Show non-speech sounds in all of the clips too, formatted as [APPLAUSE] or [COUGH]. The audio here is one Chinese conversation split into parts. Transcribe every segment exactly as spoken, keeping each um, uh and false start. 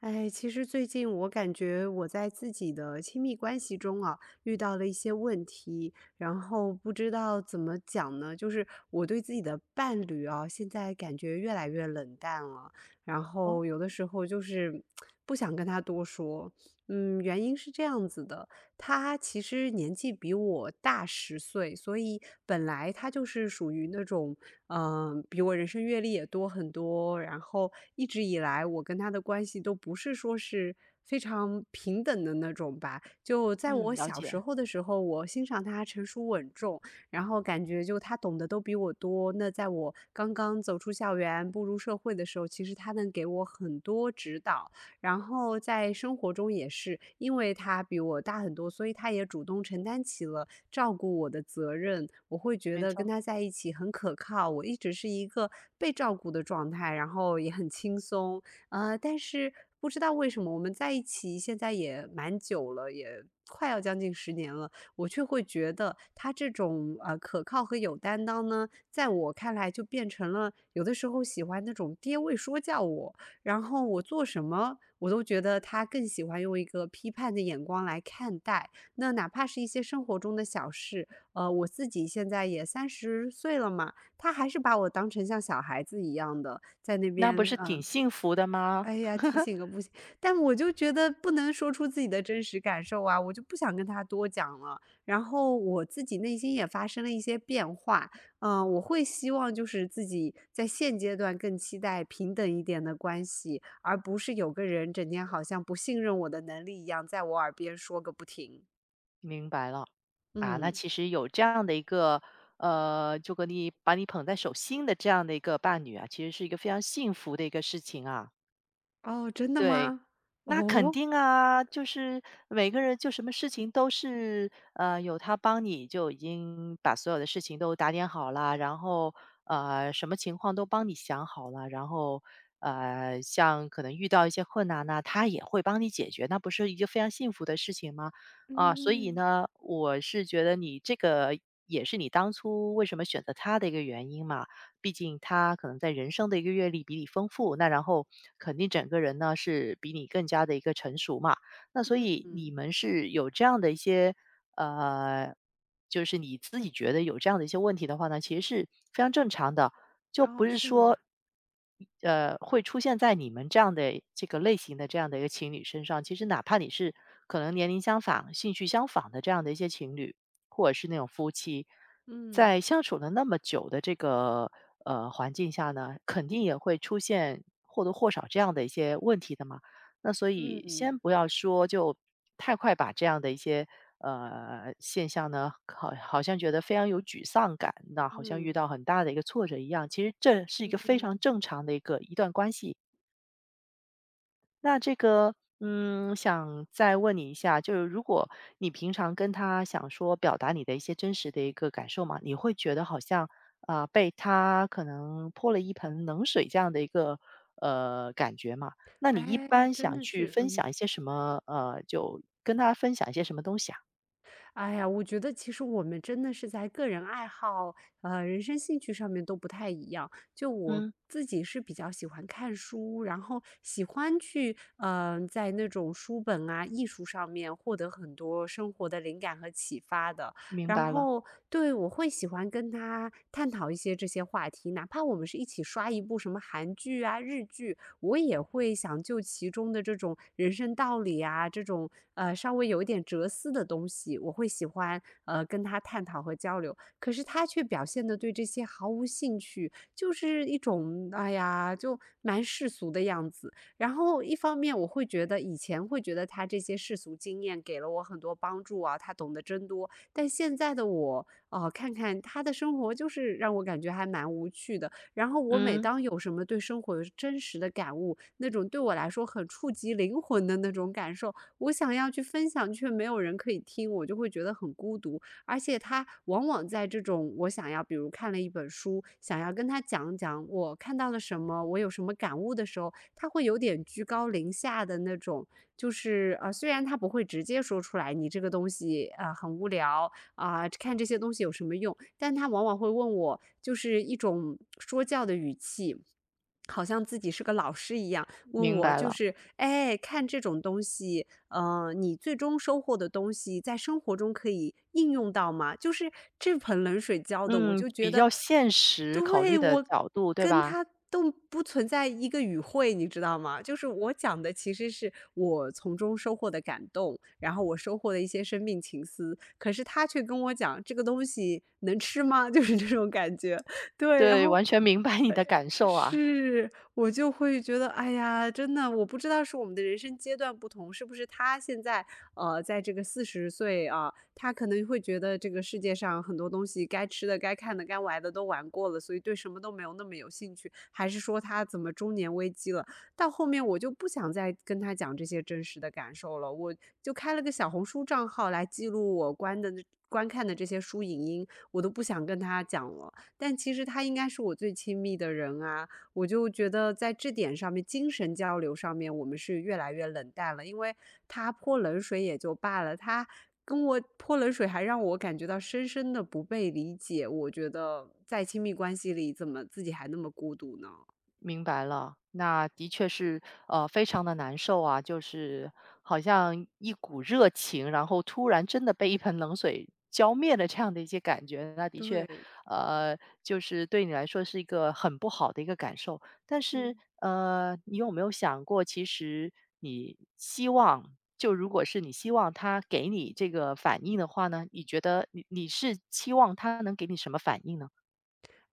哎，其实最近我感觉我在自己的亲密关系中啊，遇到了一些问题，然后不知道怎么讲呢，就是我对自己的伴侣啊，现在感觉越来越冷淡了，然哦，后有的时候就是不想跟他多说。嗯，原因是这样子的，他其实年纪比我大十岁，所以本来他就是属于那种嗯、比我人生阅历也多很多。然后一直以来，我跟他的关系都不是说是非常平等的那种吧。就在嗯，我了小时解，候的时候，我欣赏他成熟稳重，然后感觉就他懂得都比我多。那在我刚刚走出校园、步入社会的时候，其实他能给我很多指导。然后在生活中也是，因为他比我大很多，所以他也主动承担起了照顾我的责任。我会觉没得跟错，他在一起很可靠，我一直是一个被照顾的状态，然后也很轻松。呃，但是不知道为什么我们在一起现在也蛮久了，也快要将近十年了，我却会觉得他这种呃可靠和有担当呢，在我看来就变成了有的时候喜欢那种爹味说教我。然后我做什么，我都觉得他更喜欢用一个批判的眼光来看待。那哪怕是一些生活中的小事，呃，我自己现在也三十岁了嘛，他还是把我当成像小孩子一样的，在那那不边，是嗯、呃挺幸福的吗？哎呀，提 [LAUGHS] 醒个不行，但我就觉得不能说出自己的真实感受啊，我就不想跟他多讲了。然后我自己内心也发生了一些变化，嗯、我会希望就是自己在现阶段更期待平等一点的关系，而不是有个人整天好像不信任我的能力一样，在我耳边说个不停。明白了。啊，那嗯。其实有这样的一个，呃，就跟你把你捧在手心的这样的一个伴侣啊，其实是一个非常幸福的一个事情啊。哦，真的对，吗？那肯哦。定啊，就是每个人就什么事情都是，呃，有他帮你就已经把所有的事情都打点好了，然后呃，什么情况都帮你想好了，然后呃，像可能遇到一些困难呢，他也会帮你解决，那不是一个非常幸福的事情吗？啊，所以嗯呢，我是觉得你这个也是你当初为什么选择他的一个原因嘛。毕竟他可能在人生的一个阅历比你丰富，那然后肯定整个人呢是比你更加的一个成熟嘛。那所嗯。以你嗯。们是有这样的一些，呃，就是你自己觉得有这样的一些问题的话呢，其实是非常正常的。就不哦，是是说，吗？呃，会出现在你们这样的这个类型的这样的一个情侣身上。其实哪怕你是可能年龄相仿、兴趣相仿的这样的一些情侣，或者是那种夫妻，嗯在相处了那么久的这个呃环境下呢，肯定也会出现或多或少这样的一些问题的嘛。那所嗯。以先嗯不要说，就太快把这样的一些呃现象呢，好好像觉得非常有沮丧感，那好像遇嗯。到很大的一个挫折一样。其实这是一个非嗯常正常的一个一段关系。那这个，嗯，想再问你一下，就是如果你平常跟他想说表达你的一些真实的一个感受嘛，你会觉得好像啊、被他可能泼了一盆冷水这样的一个呃感觉嘛？那你一哎，般真想的去是，分嗯，享一些什么？呃，就跟他分享一些什么东西啊？哎呀，我觉得其实我们真的是在个人爱好、呃，人生兴趣上面都不太一样。就我嗯，自己是比较喜欢看书，然后喜欢去，嗯、在那种书本啊、艺术上面获得很多生活的灵感和启发的。明然白了。后对，我会喜欢跟他探讨一些这些话题，哪怕我们是一起刷一部什么韩剧啊、日剧，我也会想就其中的这种人生道理啊，这种呃稍微有一点哲思的东西，我会喜欢呃跟他探讨和交流。可是他却表现的对这些毫无兴趣，就是一种哎呀，就蛮世俗的样子。然后一方面我会觉得以前会觉得他这些世俗经验给了我很多帮助啊，他懂得真多。但现在的我，哦，看看他的生活就是让我感觉还蛮无趣的。然后我每嗯，当有什么对生活有真实的感悟，那种对我来说很触及灵魂的那种感受，我想要去分享，却没有人可以听，我就会觉得很孤独。而且他往往在这种我想要，比如看了一本书，想要跟他讲讲我看到了什么，我有什么感悟的时候，他会有点居高临下的那种就是啊呃，虽然他不会直接说出来你这个东西啊、呃很无聊啊、呃看这些东西有什么用，但他往往会问我，就是一种说教的语气。好像自己是个老师一样，问明我白就了。是，哎，看这种东西，呃，你最终收获的东西在生活中可以应用到吗？就是这盆冷水浇的，我嗯，就觉比得，较现实考虑对，的我角度，对跟吧？他都不存在一个语汇，你知道吗？就是我讲的其实是我从中收获的感动，然后我收获的一些生命情思，可是他却跟我讲这个东西能吃吗？就是这种感觉，[LAUGHS] 对，然对，后完全明白你的感受啊。是，我就会觉得，哎呀，真的，我不知道是我们的人生阶段不同，是不是他现在，呃，在这个四十岁啊，他可能会觉得这个世界上很多东西，该吃的、该看的、该玩的都玩过了，所以对什么都没有那么有兴趣，还是说他怎么中年危机了？到后面我就不想再跟他讲这些真实的感受了，我就开了个小红书账号来记录我观的观看的这些书影音，我都不想跟他讲了。但其实他应该是我最亲密的人啊，我就觉得在这点上面，精神交流上面，我们是越来越冷淡了。因为他泼冷水也就罢了，他跟我泼冷水，还让我感觉到深深的不被理解。我觉得在亲密关系里，怎么自己还那么孤独呢？明白了，那的确是，呃，非常的难受啊，就是好像一股热情，然后突然真的被一盆冷水浇灭了这样的一些感觉，那的确，对。呃，就是对你来说是一个很不好的一个感受。但是，嗯。呃，你有没有想过，其实你希望，就如果是你希望他给你这个反应的话呢，你觉得你你是期望他能给你什么反应呢？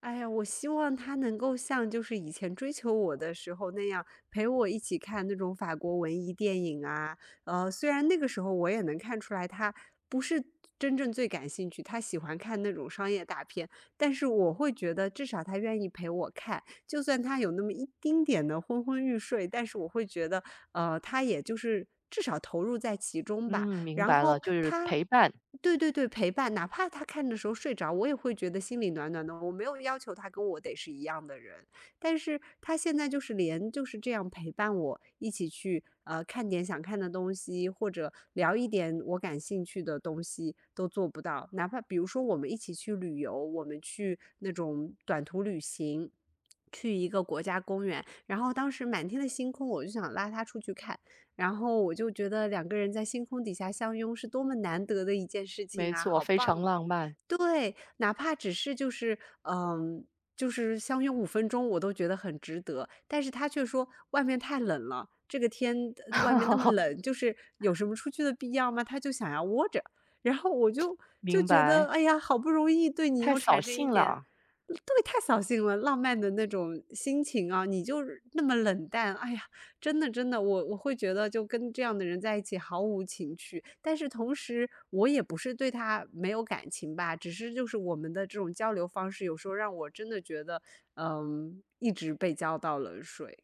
哎呀，我希望他能够像就是以前追求我的时候那样，陪我一起看那种法国文艺电影啊。呃，虽然那个时候我也能看出来他不是真正最感兴趣，他喜欢看那种商业大片，但是我会觉得至少他愿意陪我看，就算他有那么一丁点的昏昏欲睡，但是我会觉得，呃，他也就是至少投入在其中吧。嗯，明然白了，后就是他陪伴。对对对，陪伴，哪怕他看的时候睡着，我也会觉得心里暖暖的。我没有要求他跟我得是一样的人，但是他现在就是连就是这样陪伴我一起去呃看点想看的东西，或者聊一点我感兴趣的东西都做不到。哪怕比如说我们一起去旅游，我们去那种短途旅行。去一个国家公园，然后当时满天的星空，我就想拉他出去看，然后我就觉得两个人在星空底下相拥是多么难得的一件事没情啊，错，好非棒常哦！浪漫。对，哪怕只是就是，嗯，就是相拥五分钟，我都觉得很值得。但是他却说外面太冷了，这个天呃外面那么冷，就是有什么出去的必要吗？他就想要窝着。然后我就就明觉白。得，哎呀，好不容易对你太又扫产生一兴了点啊。对，太扫兴了，浪漫的那种心情啊，你就是那么冷淡，哎呀，真的真的，我我会觉得就跟这样的人在一起毫无情趣，但是同时我也不是对他没有感情吧，只是就是我们的这种交流方式，有时候让我真的觉得，嗯，一直被浇到冷水。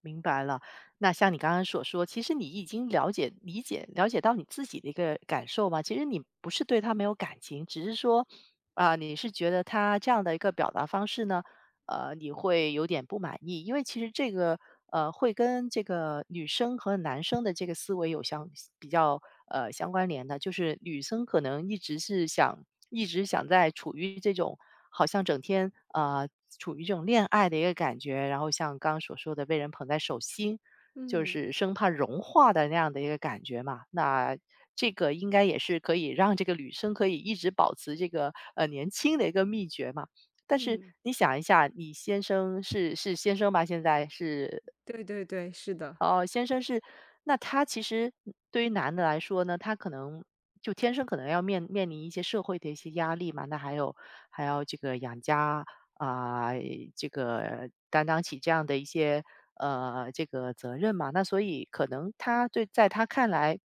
明白了。那像你刚刚所说，其实你已经了解、理解、了解到你自己的一个感受嘛。其实你不是对他没有感情，只是说，啊、你是觉得他这样的一个表达方式呢，呃，你会有点不满意，因为其实这个呃，会跟这个女生和男生的这个思维有相比较呃相关联的，就是女生可能一直是想一直想在处于这种好像整天呃处于这种恋爱的一个感觉，然后像刚刚所说的被人捧在手心，就嗯是生怕融化的那样的一个感觉嘛，那。这个应该也是可以让这个女生可以一直保持这个呃年轻的一个秘诀嘛，但是嗯。你想一下，你先生是是先生吧？现在是，对对对，是的。哦，先生是。那他其实对于男的来说呢，他可能就天生可能要面面临一些社会的一些压力嘛，那还有还要这个养家啊、这个担当起这样的一些呃这个责任嘛，那所以可能他对在他看来，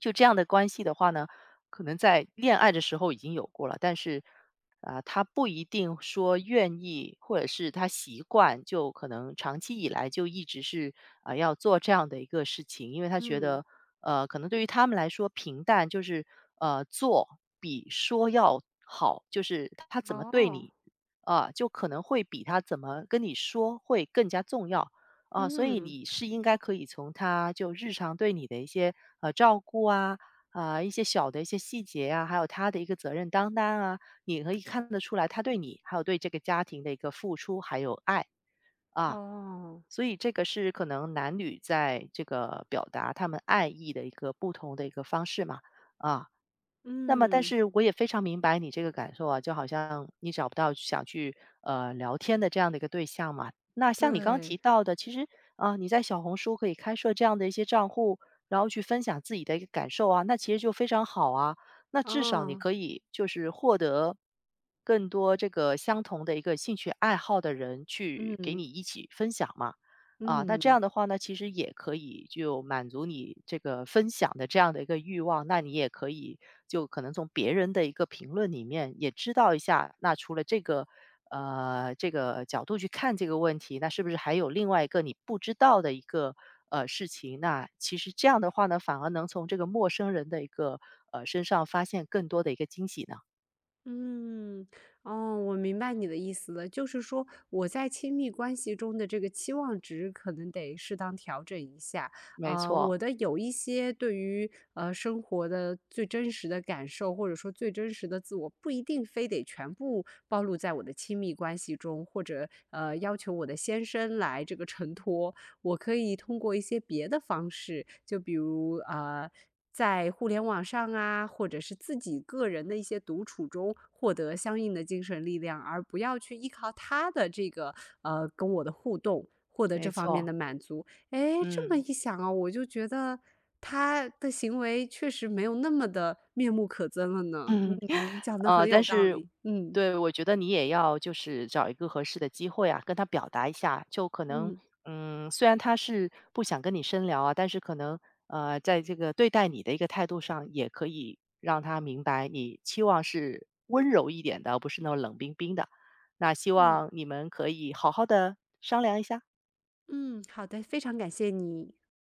就这样的关系的话呢。可能在恋爱的时候已经有过了，但是，啊，他不一定说愿意，或者是他习惯，就可能长期以来就一直是啊、要做这样的一个事情，因为他觉嗯。得，呃，可能对于他们来说，平淡就是呃做比说要好，就是他怎么对哦。你啊、就可能会比他怎么跟你说会更加重要。啊，所以嗯。你是应该可以从他就日常对你的一些呃照顾啊，啊，一些小的一些细节啊，还有他的一个责任担当啊，你可以看得出来他对你，还有对这个家庭的一个付出还有爱啊。哦。所以这个是可能男女在这个表达他们爱意的一个不同的一个方式嘛，啊。那么，但嗯。是我也非常明白你这个感受啊，就好像你找不到想去呃聊天的这样的一个对象嘛。那像你刚刚提对。到的，其实啊、呃你在小红书可以开设这样的一些账户，然后去分享自己的一个感受啊，那其实就非常好啊。那至少你啊。可以就是获得更多这个相同的一个兴趣爱好的人去给你嗯一起分享嘛。啊，那这嗯。样的话呢，其实也可以就满足你这个分享的这样的一个欲望，那你也可以就可能从别人的一个评论里面也知道一下，那除了这个呃这个角度去看这个问题，那是不是还有另外一个你不知道的一个呃事情？那其实这样的话呢，反而能从这个陌生人的一个呃身上发现更多的一个惊喜呢。嗯。哦，我明白你的意思了，就是说我在亲密关系中的这个期望值可能得适当调整一下。没呃，错，我的有一些对于呃生活的最真实的感受，或者说最真实的自我，不一定非得全部暴露在我的亲密关系中，或者呃要求我的先生来这个承托。我可以通过一些别的方式，就比如呃，在互联网上啊，或者是自己个人的一些独处中，获得相应的精神力量，而不要去依靠他的这个呃跟我的互动，获得没这方面错。的满足。哎，这么嗯 一想啊，我就觉得他的行为确实没有那么的面目可憎了 [LAUGHS]。呢。嗯，嗯。你讲的很呃，有但道是理。嗯对，我觉得你也要就是找一个合适的机会啊，跟他表达一下，就可能，嗯嗯，虽然他是不想跟你深聊啊，但是可能，呃，在这个对待你的一个态度上，也可以让他明白你期望是温柔一点的，而不是那种冷冰冰的。那希嗯。望你们可以好好的商量一下。嗯，好的，非常感谢你。